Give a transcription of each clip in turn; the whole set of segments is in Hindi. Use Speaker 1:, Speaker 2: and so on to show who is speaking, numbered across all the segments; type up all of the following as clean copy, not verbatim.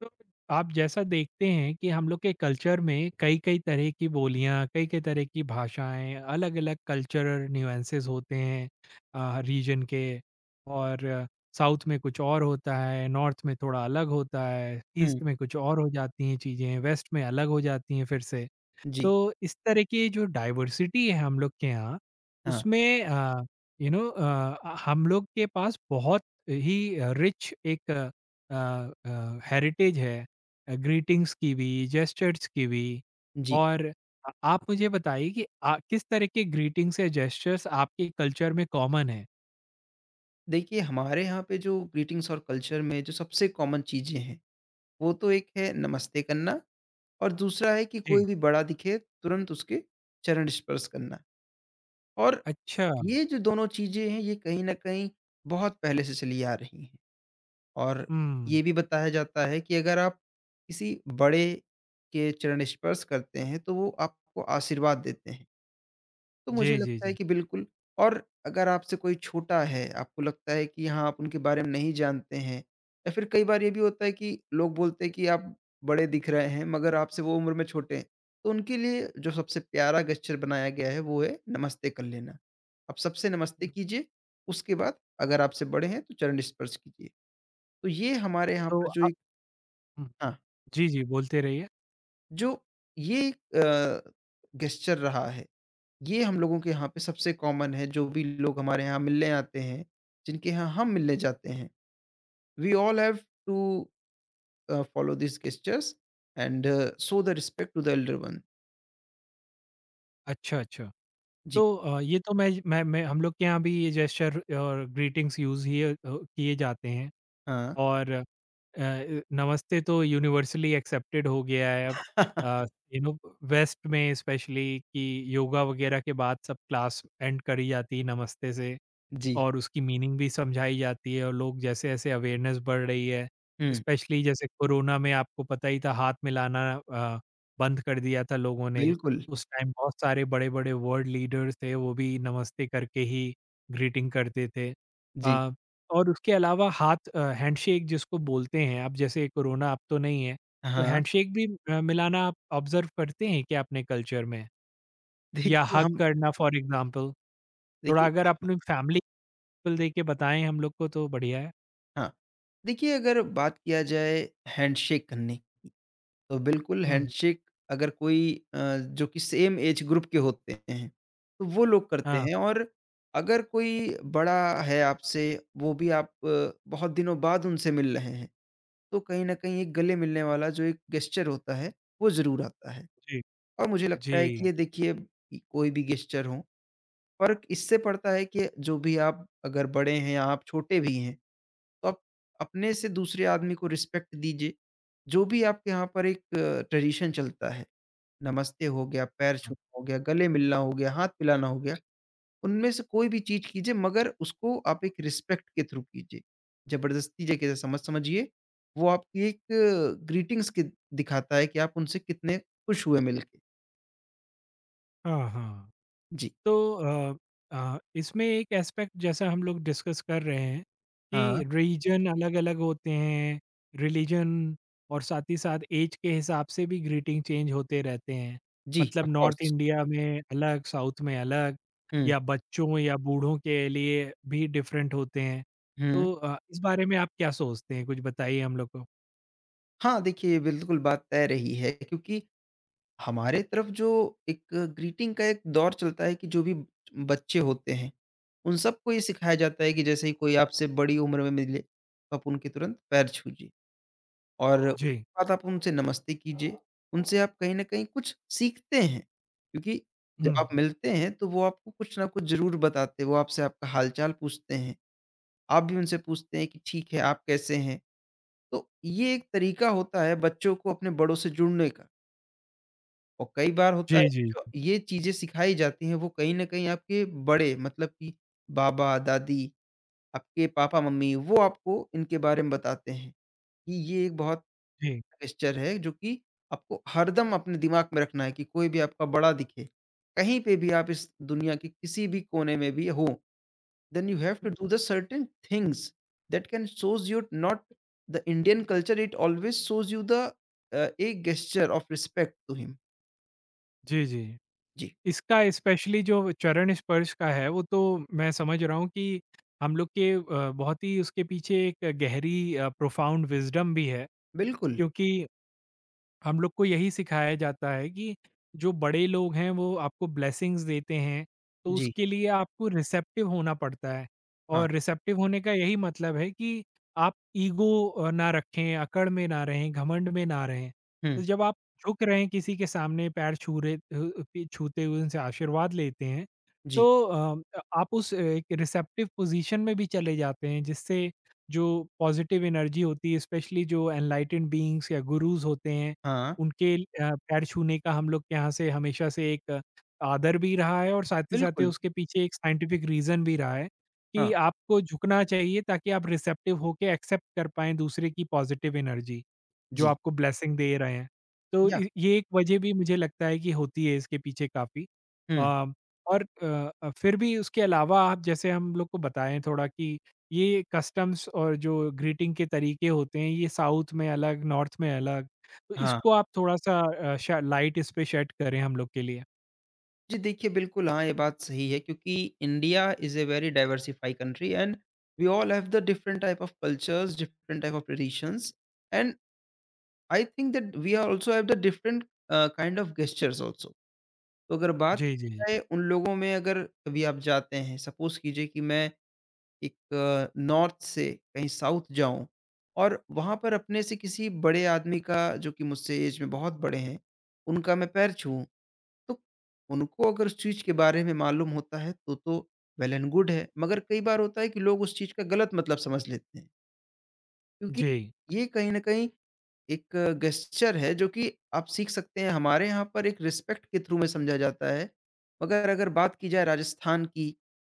Speaker 1: तो आप जैसा देखते हैं कि हम लोग के कल्चर में कई कई तरह की बोलियां कई कई तरह की भाषाएं अलग अलग कल्चरल न्यूएंसेस होते हैं रीजन के। और साउथ में कुछ और होता है, नॉर्थ में थोड़ा अलग होता है,
Speaker 2: हुँ,
Speaker 1: ईस्ट में कुछ और हो जाती हैं चीज़ें, वेस्ट में अलग हो जाती हैं फिर से।
Speaker 2: जी।
Speaker 1: तो इस तरह की जो डाइवर्सिटी है हम लोग के यहाँ,
Speaker 2: हाँ,
Speaker 1: उसमें हम लोग के पास बहुत ही रिच एक हेरिटेज है, अ, ग्रीटिंग्स की भी, जेस्चर्स की भी।
Speaker 2: जी।
Speaker 1: और आप मुझे बताइए कि किस तरह के ग्रीटिंग्स या जेस्चर्स आपके कल्चर में कॉमन है?
Speaker 2: देखिए, हमारे यहाँ पे जो ग्रीटिंग्स और कल्चर में जो सबसे कॉमन चीज़ें हैं, वो तो एक है नमस्ते करना और दूसरा है कि
Speaker 1: जी,
Speaker 2: कोई भी बड़ा दिखे तुरंत उसके चरण स्पर्श करना और
Speaker 1: अच्छा।
Speaker 2: ये जो दोनों चीज़ें हैं, ये कहीं न कहीं बहुत पहले से चली आ रही हैं और
Speaker 1: हुँ।
Speaker 2: ये भी बताया जाता है कि अगर आप किसी बड़े के चरण स्पर्श करते हैं, तो वो आपको आशीर्वाद देते हैं। तो मुझे
Speaker 1: जी, जी,
Speaker 2: लगता है
Speaker 1: जी।
Speaker 2: कि बिल्कुल। और अगर आपसे कोई छोटा है, आपको लगता है कि हाँ, आप उनके बारे में नहीं जानते हैं या फिर कई बार ये भी होता है कि लोग बोलते हैं कि आप बड़े दिख रहे हैं, मगर आपसे वो उम्र में छोटे हैं। तो उनके लिए जो सबसे प्यारा गेस्चर बनाया गया है, वो है नमस्ते कर लेना। आप सबसे नमस्ते कीजिए, उसके बाद अगर आपसे बड़े हैं, तो चरण स्पर्श कीजिए। तो ये हमारे यहाँ
Speaker 1: तो
Speaker 2: पर जो एक
Speaker 1: हुँ,
Speaker 2: हाँ,
Speaker 1: जी, जी, बोलते रहिए।
Speaker 2: जो ये एक गेस्चर रहा है। ये हम लोगों के यहाँ पे सबसे कॉमन है, जो भी लोग हमारे यहाँ मिलने आते हैं, जिनके यहाँ हम मिलने जाते हैं। We all have to follow these gestures and show the respect to the elder one.
Speaker 1: अच्छा, अच्छा।
Speaker 2: जी।
Speaker 1: तो ये तो मैं हम लोग के यहाँ भी ये जेस्चर और ग्रीटिंग्स यूज़ ही किए जाते हैं।
Speaker 2: हाँ।
Speaker 1: और नमस्ते तो यूनिवर्सली एक्सेप्टेड हो गया है अब, यू नो, वेस्ट में स्पेशली कि योगा वगैरह के बाद सब क्लास एंड करी जाती है नमस्ते से।
Speaker 2: जी।
Speaker 1: और उसकी मीनिंग भी समझाई जाती है और लोग जैसे-जैसे अवेयरनेस बढ़ रही है,
Speaker 2: हुँ,
Speaker 1: स्पेशली जैसे कोरोना में आपको पता ही था हाथ मिलाना बंद कर दिया था लोगों ने।
Speaker 2: बिल्कुल।
Speaker 1: उस टाइम बहुत सारे बड़े-बड़े वर्ल्ड लीडर्स थे, वो भी नमस्ते करके ही ग्रीटिंग करते थे।
Speaker 2: जी।
Speaker 1: अ, और उसके अलावा हाथ हैंडशेक जिसको बोलते हैं, अब जैसे कोरोना अब तो नहीं है, तो
Speaker 2: हाँ,
Speaker 1: हैंडशेक भी मिलाना आप ऑब्ज़र्व करते हैं क्या अपने कल्चर में? या
Speaker 2: देखिए
Speaker 1: हग
Speaker 2: हम
Speaker 1: करना फॉर एग्ज़ाम्पल? थोड़ा
Speaker 2: देखिए
Speaker 1: अगर अपनी फैमिली, बिल्कुल, देखिए बताएँ हम लोग को तो बढ़िया है।
Speaker 2: हाँ, देखिए अगर बात किया जाए हैंडशेक करने की, तो बिल्कुल
Speaker 1: हुँ।
Speaker 2: हैंडशेक अगर कोई जो कि सेम एज ग्रुप के होते हैं, तो वो लोग करते
Speaker 1: हाँ,
Speaker 2: हैं। और अगर कोई बड़ा है आपसे, वो भी आप बहुत दिनों बाद उनसे मिल रहे हैं, तो कहीं न कहीं एक गले मिलने वाला जो एक गेस्चर होता है, वो ज़रूर आता है।
Speaker 1: जी।
Speaker 2: और मुझे लगता
Speaker 1: जी।
Speaker 2: है कि ये देखिए कि कोई भी गेस्चर हो, फ़र्क इससे पड़ता है कि जो भी आप अगर बड़े हैं या आप छोटे भी हैं, तो आप अपने से दूसरे आदमी को रिस्पेक्ट दीजिए। जो भी आपके यहाँ पर एक ट्रेडिशन चलता है। नमस्ते हो गया, पैर
Speaker 1: हाँ,
Speaker 2: छूना हो गया, गले मिलना हो गया, हाथ मिलाना हो गया, उनमें से कोई भी चीज़ कीजिए मगर उसको आप एक रिस्पेक्ट के थ्रू कीजिए। ज़बरदस्ती जगह समझिए, वो आपकी एक ग्रीटिंग्स की दिखाता है कि आप उनसे कितने खुश हुए मिलके।
Speaker 1: हाँ, हाँ।
Speaker 2: जी।
Speaker 1: तो अ इसमें एक एस्पेक्ट जैसा हम लोग डिस्कस कर रहे हैं
Speaker 2: हाँ।
Speaker 1: कि रीजन अलग-अलग होते हैं, रिलीजन, और साथ ही साथ ऐज के हिसाब से भी ग्रीटिंग चेंज होते रहते हैं।
Speaker 2: जी,
Speaker 1: मतलब
Speaker 2: ऑफ
Speaker 1: नॉर्थ
Speaker 2: कोर्स।
Speaker 1: इंडिया में अलग, साउथ में अलग,
Speaker 2: हुँ,
Speaker 1: या बच्चों या बूढ़ों के लिए भी डिफरेंट होते हैं।
Speaker 2: हुँ।
Speaker 1: तो इस बारे में आप क्या सोचते हैं? कुछ बताइए हम लोग को।
Speaker 2: हाँ, देखिए बिल्कुल बात तय रही है क्योंकि हमारे तरफ जो एक ग्रीटिंग का एक दौर चलता है कि जो भी बच्चे होते हैं, उन सबको ये सिखाया जाता है कि जैसे ही कोई आपसे बड़ी उम्र में मिले, तो आप उनके तुरंत पैर छूजिए और हाँ।
Speaker 1: जी।
Speaker 2: उसके बाद आप उनसे नमस्ते कीजिए। उनसे आप कहीं न कहीं कुछ सीखते हैं, क्योंकि जब आप
Speaker 1: हुँ।
Speaker 2: मिलते हैं, तो वो आपको कुछ ना कुछ ज़रूर बताते हैं। वो आपसे आपका हाल-चाल पूछते हैं, आप भी उनसे पूछते हैं कि ठीक है, आप कैसे हैं? तो ये एक तरीका होता है बच्चों को अपने बड़ों से जुड़ने का। और कई बार होता
Speaker 1: जी,
Speaker 2: है
Speaker 1: जी।
Speaker 2: कि जो ये चीज़ें सिखाई जाती हैं वो कहीं न कहीं आपके बड़े मतलब कि बाबा-दादी, आपके पापा-मम्मी वो आपको इनके बारे में बताते हैं कि ये एक बहुत
Speaker 1: जी।
Speaker 2: जेस्चर है जो कि आपको हरदम अपने दिमाग में रखना है कि कोई भी आपका बड़ा दिखे, कहीं पे भी आप इस दुनिया के किसी भी कोने में भी हो, then you have to do the certain things that can shows you not the Indian culture. It always shows you the a gesture of respect to him.
Speaker 1: जी, जी।
Speaker 2: जी,
Speaker 1: इसका स्पेशली जो चरण स्पर्श का है, वो तो मैं समझ रहा हूँ कि हम लोग के बहुत ही उसके पीछे एक गहरी प्रोफाउंड विज़डम भी है,
Speaker 2: बिल्कुल।
Speaker 1: क्योंकि हम लोग को यही सिखाया जाता है कि जो बड़े लोग हैं वो आपको ब्लेसिंग्स देते हैं, तो
Speaker 2: जी।
Speaker 1: उसके लिए आपको रिसेप्टिव होना पड़ता है।
Speaker 2: हाँ,
Speaker 1: और रिसेप्टिव होने का यही मतलब है कि आप ईगो ना रखें, अकड़ में ना रहें, घमंड में ना रहें।
Speaker 2: हुँ।
Speaker 1: तो जब आप झुक रहे हैं किसी के सामने पैर छूते हुए उनसे आशीर्वाद लेते हैं, तो
Speaker 2: जी।
Speaker 1: आप उस एक रिसेप्टिव पोजीशन में भी चले जाते हैं, जिससे जो पॉजिटिव एनर्जी होती है स्पेशली जो एनलाइटेंड बीइंग्स या गुरुज होते हैं,
Speaker 2: हाँ।
Speaker 1: उनके पैर छूने का हम लोग के यहाँ से हमेशा से एक आदर भी रहा है, और साथ ही
Speaker 2: बिल्कुल,
Speaker 1: उसके पीछे एक साइंटिफिक रीज़न भी रहा है कि
Speaker 2: हाँ।
Speaker 1: आपको झुकना चाहिए ताकि आप रिसेप्टिव होके एक्सेप्ट कर पाएँ दूसरे की पॉज़िटिव एनर्जी, जो
Speaker 2: जी।
Speaker 1: आपको ब्लेसिंग दे रहे हैं। तो
Speaker 2: या
Speaker 1: इ ये एक वजह भी मुझे लगता है कि होती है इसके पीछे काफ़ी।
Speaker 2: हुँ,
Speaker 1: अ, और फिर भी उसके अलावा आप जैसे हम लोग को बताएँ थोड़ा कि ये कस्टम्स और जो ग्रीटिंग के तरीके होते हैं, ये साउथ में अलग, नॉर्थ में अलग, तो
Speaker 2: हाँ।
Speaker 1: इसको आप थोड़ा-सा अ, शा लाइट इस पे शेड करें हम लोग के लिए।
Speaker 2: जी, देखिए बिल्कुल हाँ, ये बात सही है क्योंकि India is a very diversified country and we all have the different type of cultures, different type of traditions and I think that we are also have the different kind of gestures also. तो अगर बात
Speaker 1: जी, जी, जी।
Speaker 2: की जाए उन लोगों में अगर कभी आप जाते हैं, सपोज़ कीजिए कि मैं एक नॉर्थ से कहीं साउथ जाऊँ और वहाँ पर अपने से किसी बड़े आदमी का जो कि मुझसे ऐज में बहुत बड़े हैं, उनका मैं पैर छूऊँ। तो उनको अगर उस चीज़ के बारे में मालूम होता है तो वेल एंड गुड है, मगर कई बार होता है कि लोग उस चीज़ का गलत मतलब समझ लेते हैं, क्योंकि
Speaker 1: जी।
Speaker 2: ये कहीं न कहीं एक गेस्चर है जो कि आप सीख सकते हैं। हमारे यहाँ पर एक रिस्पेक्ट के थ्रू में समझा जाता है। मगर अगर बात की जाए राजस्थान की,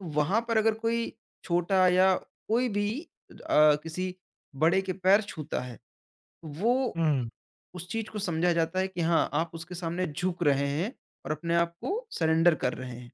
Speaker 2: तो वहाँ पर अगर कोई छोटा या कोई भी किसी बड़े के पैर छूता है, तो वो
Speaker 1: हुँ।
Speaker 2: उस चीज़ को समझा जाता है कि हाँ, आप उसके सामने झुक रहे हैं और अपने आप को सरेंडर कर रहे हैं।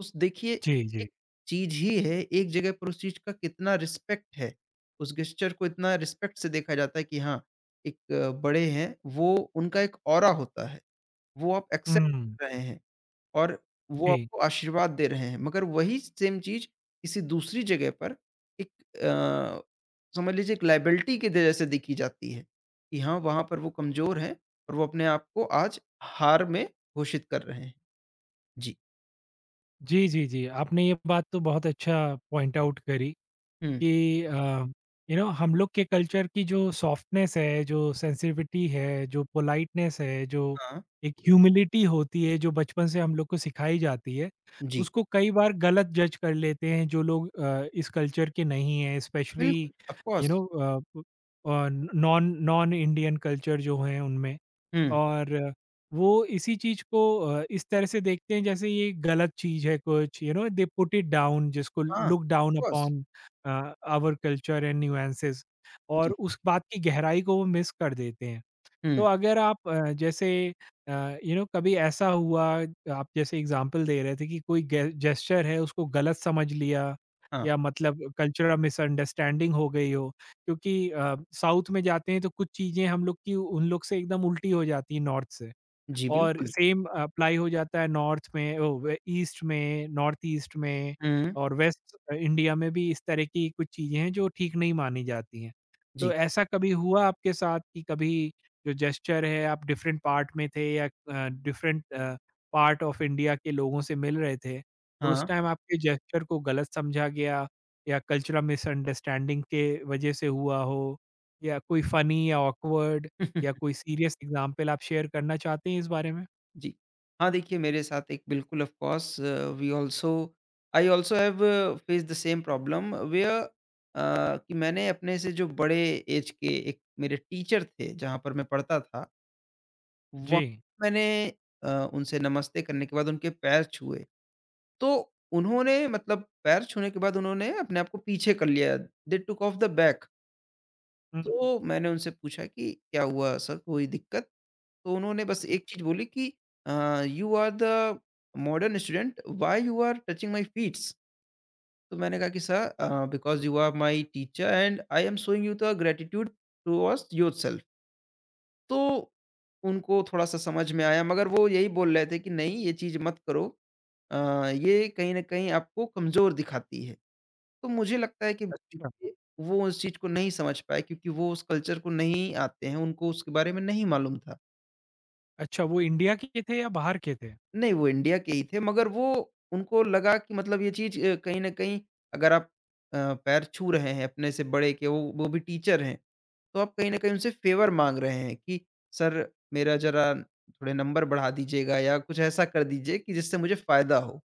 Speaker 2: उस देखिए
Speaker 1: जी, जी।
Speaker 2: एक चीज़ ही है, एक जगह पर उस चीज़ का कितना रिस्पेक्ट है। उस गेस्चर को इतना रिस्पेक्ट से देखा जाता है कि हाँ, एक बड़े हैं, वो उनका एक ऑरा होता है। वो आप एक्सेप्ट
Speaker 1: हुँ।
Speaker 2: कर रहे हैं और वो
Speaker 1: जी।
Speaker 2: आपको आशीर्वाद दे रहे हैं। मगर वही सेम चीज़ किसी दूसरी जगह पर एक अ, समझ लीजिए एक लायबिलिटी के दे जैसे देखी जाती है, कि हाँ, वहाँ पर वो कमज़ोर हैं और वो अपने आप को आज हार में घोषित कर रहे हैं। जी।
Speaker 1: जी, जी, जी। आपने ये बात तो बहुत अच्छा पॉइंट आउट करी
Speaker 2: हुँ।
Speaker 1: कि यू नो, हम लोग के कल्चर की जो सॉफ्टनेस है, जो सेंसिटिविटी है, जो पोलाइटनेस है, जो
Speaker 2: हाँ।
Speaker 1: एक ह्यूमिलिटी होती है, जो बचपन से हम लोग को सिखाई जाती है,
Speaker 2: जी।
Speaker 1: उसको कई बार गलत जज कर लेते हैं जो लोग इस कल्चर के नहीं हैं, स्पेशली
Speaker 2: बिल्कुल, of
Speaker 1: you
Speaker 2: course.
Speaker 1: No non non Indian culture जो हैं उनमें।
Speaker 2: हुँ।
Speaker 1: और वो इसी चीज़ को इस तरह से देखते हैं जैसे ये गलत चीज़ है कुछ, you know, they put it down, जिसको
Speaker 2: हाँ,
Speaker 1: look
Speaker 2: of
Speaker 1: down
Speaker 2: course.
Speaker 1: Upon our culture and nuances, और
Speaker 2: जी,
Speaker 1: उस बात की गहराई को वो मिस कर देते हैं। तो
Speaker 2: हुँ,
Speaker 1: अगर आप जैसे अ, यू नो कभी ऐसा हुआ, आप जैसे एग्जांपल दे रहे थे, कि कोई जेस्चर है उसको गलत समझ लिया
Speaker 2: हाँ।
Speaker 1: या मतलब कल्चरल मिसअंडरस्टैंडिंग हो गई हो, क्योंकि साउथ में जाते हैं तो कुछ चीज़ें हम लोग की उन लोग से एकदम उल्टी हो जाती हैं नॉर्थ से,
Speaker 2: जी,
Speaker 1: और
Speaker 2: बिल्कुल।
Speaker 1: सेम अप्लाई हो जाता है नॉर्थ में ईस्ट में, नॉर्थ ईस्ट में,
Speaker 2: हुँ,
Speaker 1: और वेस्ट इंडिया में भी इस तरह की कुछ चीज़ें हैं जो ठीक नहीं मानी जाती हैं। तो
Speaker 2: जी,
Speaker 1: ऐसा कभी हुआ आपके साथ कि कभी जो जेस्चर है आप डिफरेंट पार्ट में थे या डिफरेंट पार्ट ऑफ इंडिया के लोगों से मिल रहे थे और उस
Speaker 2: हाँ।
Speaker 1: टाइम आपके जेस्चर को गलत समझा गया या कल्चरल मिसअंडरस्टैंडिंग के वजह से हुआ हो, या कोई फनी या ऑकवर्ड या कोई सीरियस एग्ज़ाम्पल आप शेयर करना चाहते हैं इस बारे में?
Speaker 2: जी। हाँ, देखिए मेरे साथ एक बिल्कुल of course we also I also have faced the same problem where कि मैंने अपने से जो बड़े ऐज के एक मेरे टीचर थे, जहाँ पर मैं पढ़ता था, वहाँ
Speaker 1: जी।
Speaker 2: मैंने अ, उनसे नमस्ते करने के बाद उनके पैर छुए। तो उन्होंने मतलब पैर छूने के बाद उन्होंने अपने आप को पीछे कर लिया, दे टूक ऑफ द बैक।
Speaker 1: हुँ,
Speaker 2: तो मैंने उनसे पूछा कि क्या हुआ सर कोई दिक्कत? तो उन्होंने बस एक चीज़ बोली कि अ, "you are the modern student, why you are touching my feets?" तो मैंने कहा कि sir "because you are my teacher and I am showing you the gratitude towards yourself." तो उनको थोड़ा-सा समझ में आया मगर वो यही बोल रहे थे कि नहीं ये चीज़ मत करो। अ, ये कहीं न कहीं आपको कमज़ोर दिखाती है। तो मुझे लगता है कि
Speaker 1: अच्छा।
Speaker 2: देखिए, वो उस चीज़ को नहीं समझ पाए क्योंकि वो उस कल्चर को नहीं आते हैं, उनको उसके बारे में नहीं मालूम था।
Speaker 1: अच्छा, वो इंडिया के थे या बाहर के थे?
Speaker 2: नहीं, वो इंडिया के ही थे मगर वो उनको लगा कि मतलब ये चीज़ कहीं न कहीं अगर आप अ, पैर छू रहे हैं अपने से बड़े के, वो भी टीचर हैं, तो आप कहीं न कहीं उनसे फ़ेवर माँग रहे हैं कि सर मेरा ज़रा थोड़े नंबर बढ़ा दीजिएगा या कुछ ऐसा कर दीजिए कि जिससे मुझे फ़ायदा हो।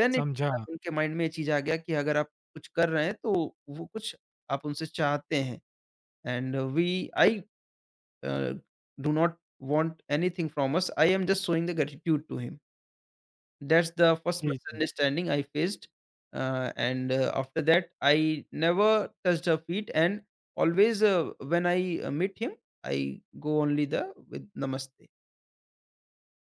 Speaker 2: देन इत
Speaker 1: समझा।
Speaker 2: उनके माइंड में ये चीज़ आ गया कि अगर आप कुछ कर रहे हैं, तो वो कुछ आप उनसे चाहते हैं। And we i uh, do not want anything from us. I am just showing the gratitude to him. That's the first
Speaker 1: ji, ji.
Speaker 2: misunderstanding i faced. And after that i never touched her feet and always when i meet him i go only the with namaste.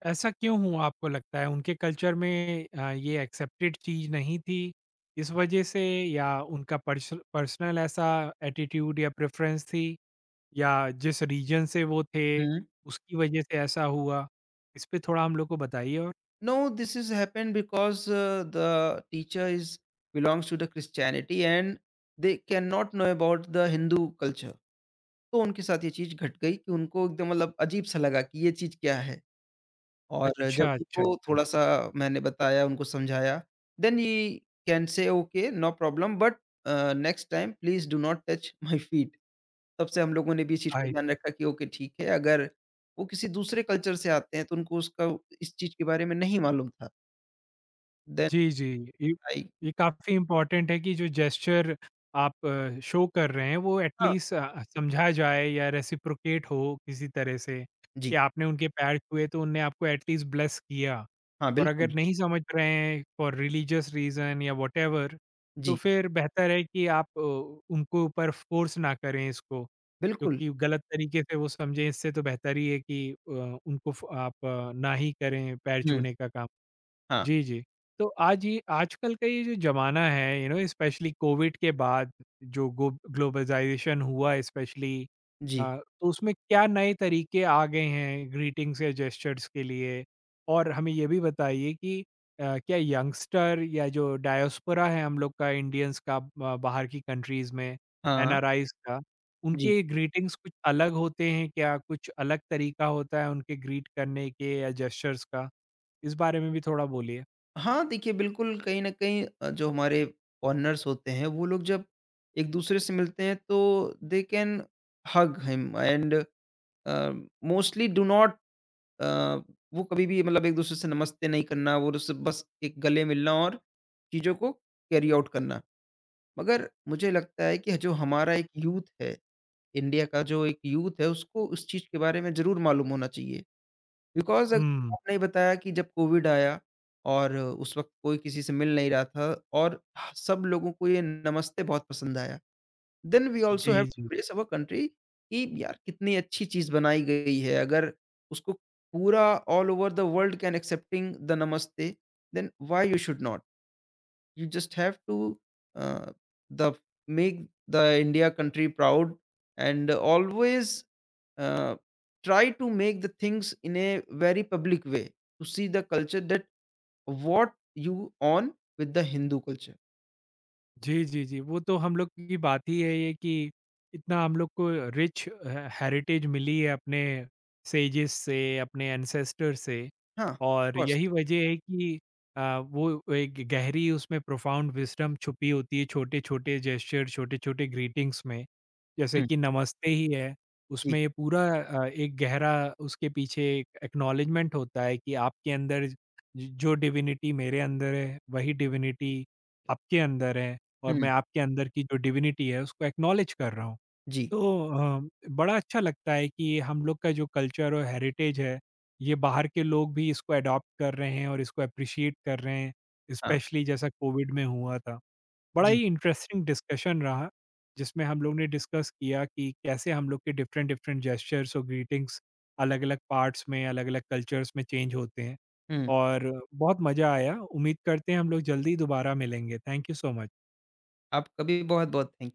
Speaker 1: ऐसा क्यों हुआ आपको लगता है? उनके कल्चर में ये एक्सेप्टेड चीज़ नहीं थी इस
Speaker 2: Yeah.
Speaker 1: वजह से, या उनका पर्सनल ऐसा एटीट्यूड या प्रेफ़रेंस थी, या जिस रीजन से वो थे
Speaker 2: Mhm.
Speaker 1: उसकी वजह से ऐसा हुआ? इस पे थोड़ा हम लोग को बताइए और।
Speaker 2: No, this has happened because the teacher is belongs to the christianity and they cannot know about the hindu culture. तो उनके साथ ये चीज़ घट गई कि उनको एकदम मतलब अजीब-सा लगा कि ये चीज़ क्या है? और जब
Speaker 1: अच्छा, अच्छा,
Speaker 2: उनको
Speaker 1: अच्छा।
Speaker 2: थोड़ा-सा मैंने बताया, उनको समझाया, then he can say okay no problem but next time please do not touch my feet. तब से हम लोगों ने भी इस चीज़ को
Speaker 1: आई,
Speaker 2: ध्यान रखा कि ओके ठीक है, अगर वो किसी दूसरे कल्चर से आते हैं तो उनको उसका इस चीज़ के बारे में नहीं मालूम था। देन
Speaker 1: जी, जी। ये
Speaker 2: आई
Speaker 1: ये काफ़ी इम्पोर्टेंट है कि जो जेस्चर आप शो कर रहे हैं वो एट
Speaker 2: हाँ,
Speaker 1: लीस्ट समझा जाए या रेसिप्रोकेट हो किसी तरह से, कि
Speaker 2: जी,
Speaker 1: आपने उनके पैर छुए तो उनने आपको एट लीस्ट ब्लेस किया।
Speaker 2: हाँ,
Speaker 1: और अगर
Speaker 2: बिल्कुल,
Speaker 1: नहीं समझ रहे हैं फॉर रिलीजियस रीज़न या व्हाटएवर, तो
Speaker 2: जी,
Speaker 1: फिर बेहतर है कि आप उनके ऊपर फ़ोर्स ना करें इसको,
Speaker 2: बिल्कुल,
Speaker 1: क्योंकि गलत तरीके से वो समझें इससे तो बेहतर ही है कि उनको फ आप ना ही करें पैर
Speaker 2: हुँ,
Speaker 1: छूने का काम।
Speaker 2: हाँ,
Speaker 1: जी, जी। तो आज ये आजकल का ये जो ज़माना है, यू नो, स्पेशली कोविड के बाद जो गो ग्लोबलाइज़ेशन हुआ स्पेशली,
Speaker 2: जी,
Speaker 1: तो उसमें क्या नए तरीके आ गए हैं ग्रीटिंग्स या जेस्चर्स के लिए? और हमें ये भी बताइए कि क्या यंगस्टर या जो डायस्पोरा है हम लोग का इंडियंस का, बाहर की कंट्रीज़ में
Speaker 2: हाँ,
Speaker 1: एनआरआईज़ का,
Speaker 2: जी।
Speaker 1: उनके ग्रीटिंग्स कुछ अलग होते हैं क्या? कुछ अलग तरीका होता है उनके ग्रीट करने के या जेस्चर्स का? इस बारे में भी थोड़ा बोलिए।
Speaker 2: हाँ, देखिए बिल्कुल कहीं न कहीं जो हमारे पार्टनर्स होते हैं वो लोग जब एक-दूसरे से मिलते हैं तो they can hug him and uh, mostly do not uh, वो कभी भी मतलब एक-दूसरे से नमस्ते नहीं करना, वो उससे बस एक गले मिलना और चीज़ों को कैरी आउट करना। मगर मुझे लगता है कि जो हमारा एक यूथ है, इंडिया का जो एक यूथ है उसको उस चीज़ के बारे में ज़रूर मालूम होना चाहिए। बिकॉज़ अगर
Speaker 1: हुँ।
Speaker 2: आपने बताया कि जब कोविड आया और उस वक़्त कोई किसी से मिल नहीं रहा था और सब लोगों को ये नमस्ते बहुत पसंद आया। Then we also hmm. Have
Speaker 1: जी,
Speaker 2: टू
Speaker 1: जी।
Speaker 2: प्रेज़ अवर कंट्री कि यार कितनी अच्छी चीज़ बनाई गई है। अगर उसको पूरा all over the world can accepting the namaste, then why you should not? You just have to uh, the make the India country proud and always uh, try to make the things in a very public way to see the culture that what you on with the Hindu culture.
Speaker 1: जी, जी, जी। वो तो हम लोग की बात ही है ये कि इतना हम लोग को रिच हे हेरिटेज मिली है अपने सेजेस से, अपने एंसेस्टर से,
Speaker 2: हाँ, of
Speaker 1: और
Speaker 2: course.
Speaker 1: यही वजह है कि वो एक गहरी उसमें प्रोफाउंड विज़डम छुपी होती है छोटे-छोटे जेस्चर, छोटे-छोटे ग्रीटिंग्स में। जैसे
Speaker 2: हुँ,
Speaker 1: कि नमस्ते ही है,
Speaker 2: जी,
Speaker 1: उसमें ये पूरा एक गहरा उसके पीछे एक एक्नॉलेजमेंट होता है कि आपके अंदर ज जो डिविनिटी मेरे अंदर है, वही डिविनिटी आपके अंदर है। और मैं
Speaker 2: हुँ,
Speaker 1: आपके अंदर की जो डिविनिटी है उसको एक्नॉलेज कर रहा हूँ।
Speaker 2: जी,
Speaker 1: तो अ, बड़ा अच्छा लगता है कि हम लोग का जो कल्चर और हेरिटेज है, ये बाहर के लोग भी इसको अडॉप्ट कर रहे हैं और इसको एप्रिशिएट कर रहे हैं,
Speaker 2: हाँ,
Speaker 1: स्पेशली जैसा कोविड में हुआ था। बड़ा
Speaker 2: जी,
Speaker 1: ही इंटरेस्टिंग डिस्कशन रहा, जिसमें हम लोग ने डिस्कस किया कि कैसे हम लोग के डिफरेंट डिफरेंट जेस्चर्स और ग्रीटिंग्स अलग-अलग पार्ट्स में, अलग-अलग कल्चर्स में चेंज होते हैं,
Speaker 2: हुँ,
Speaker 1: और बहुत मज़ा आया। उम्मीद करते हैं हम लोग जल्दी दोबारा मिलेंगे। Thank you so much.
Speaker 2: आपका भी बहुत-बहुत थैंक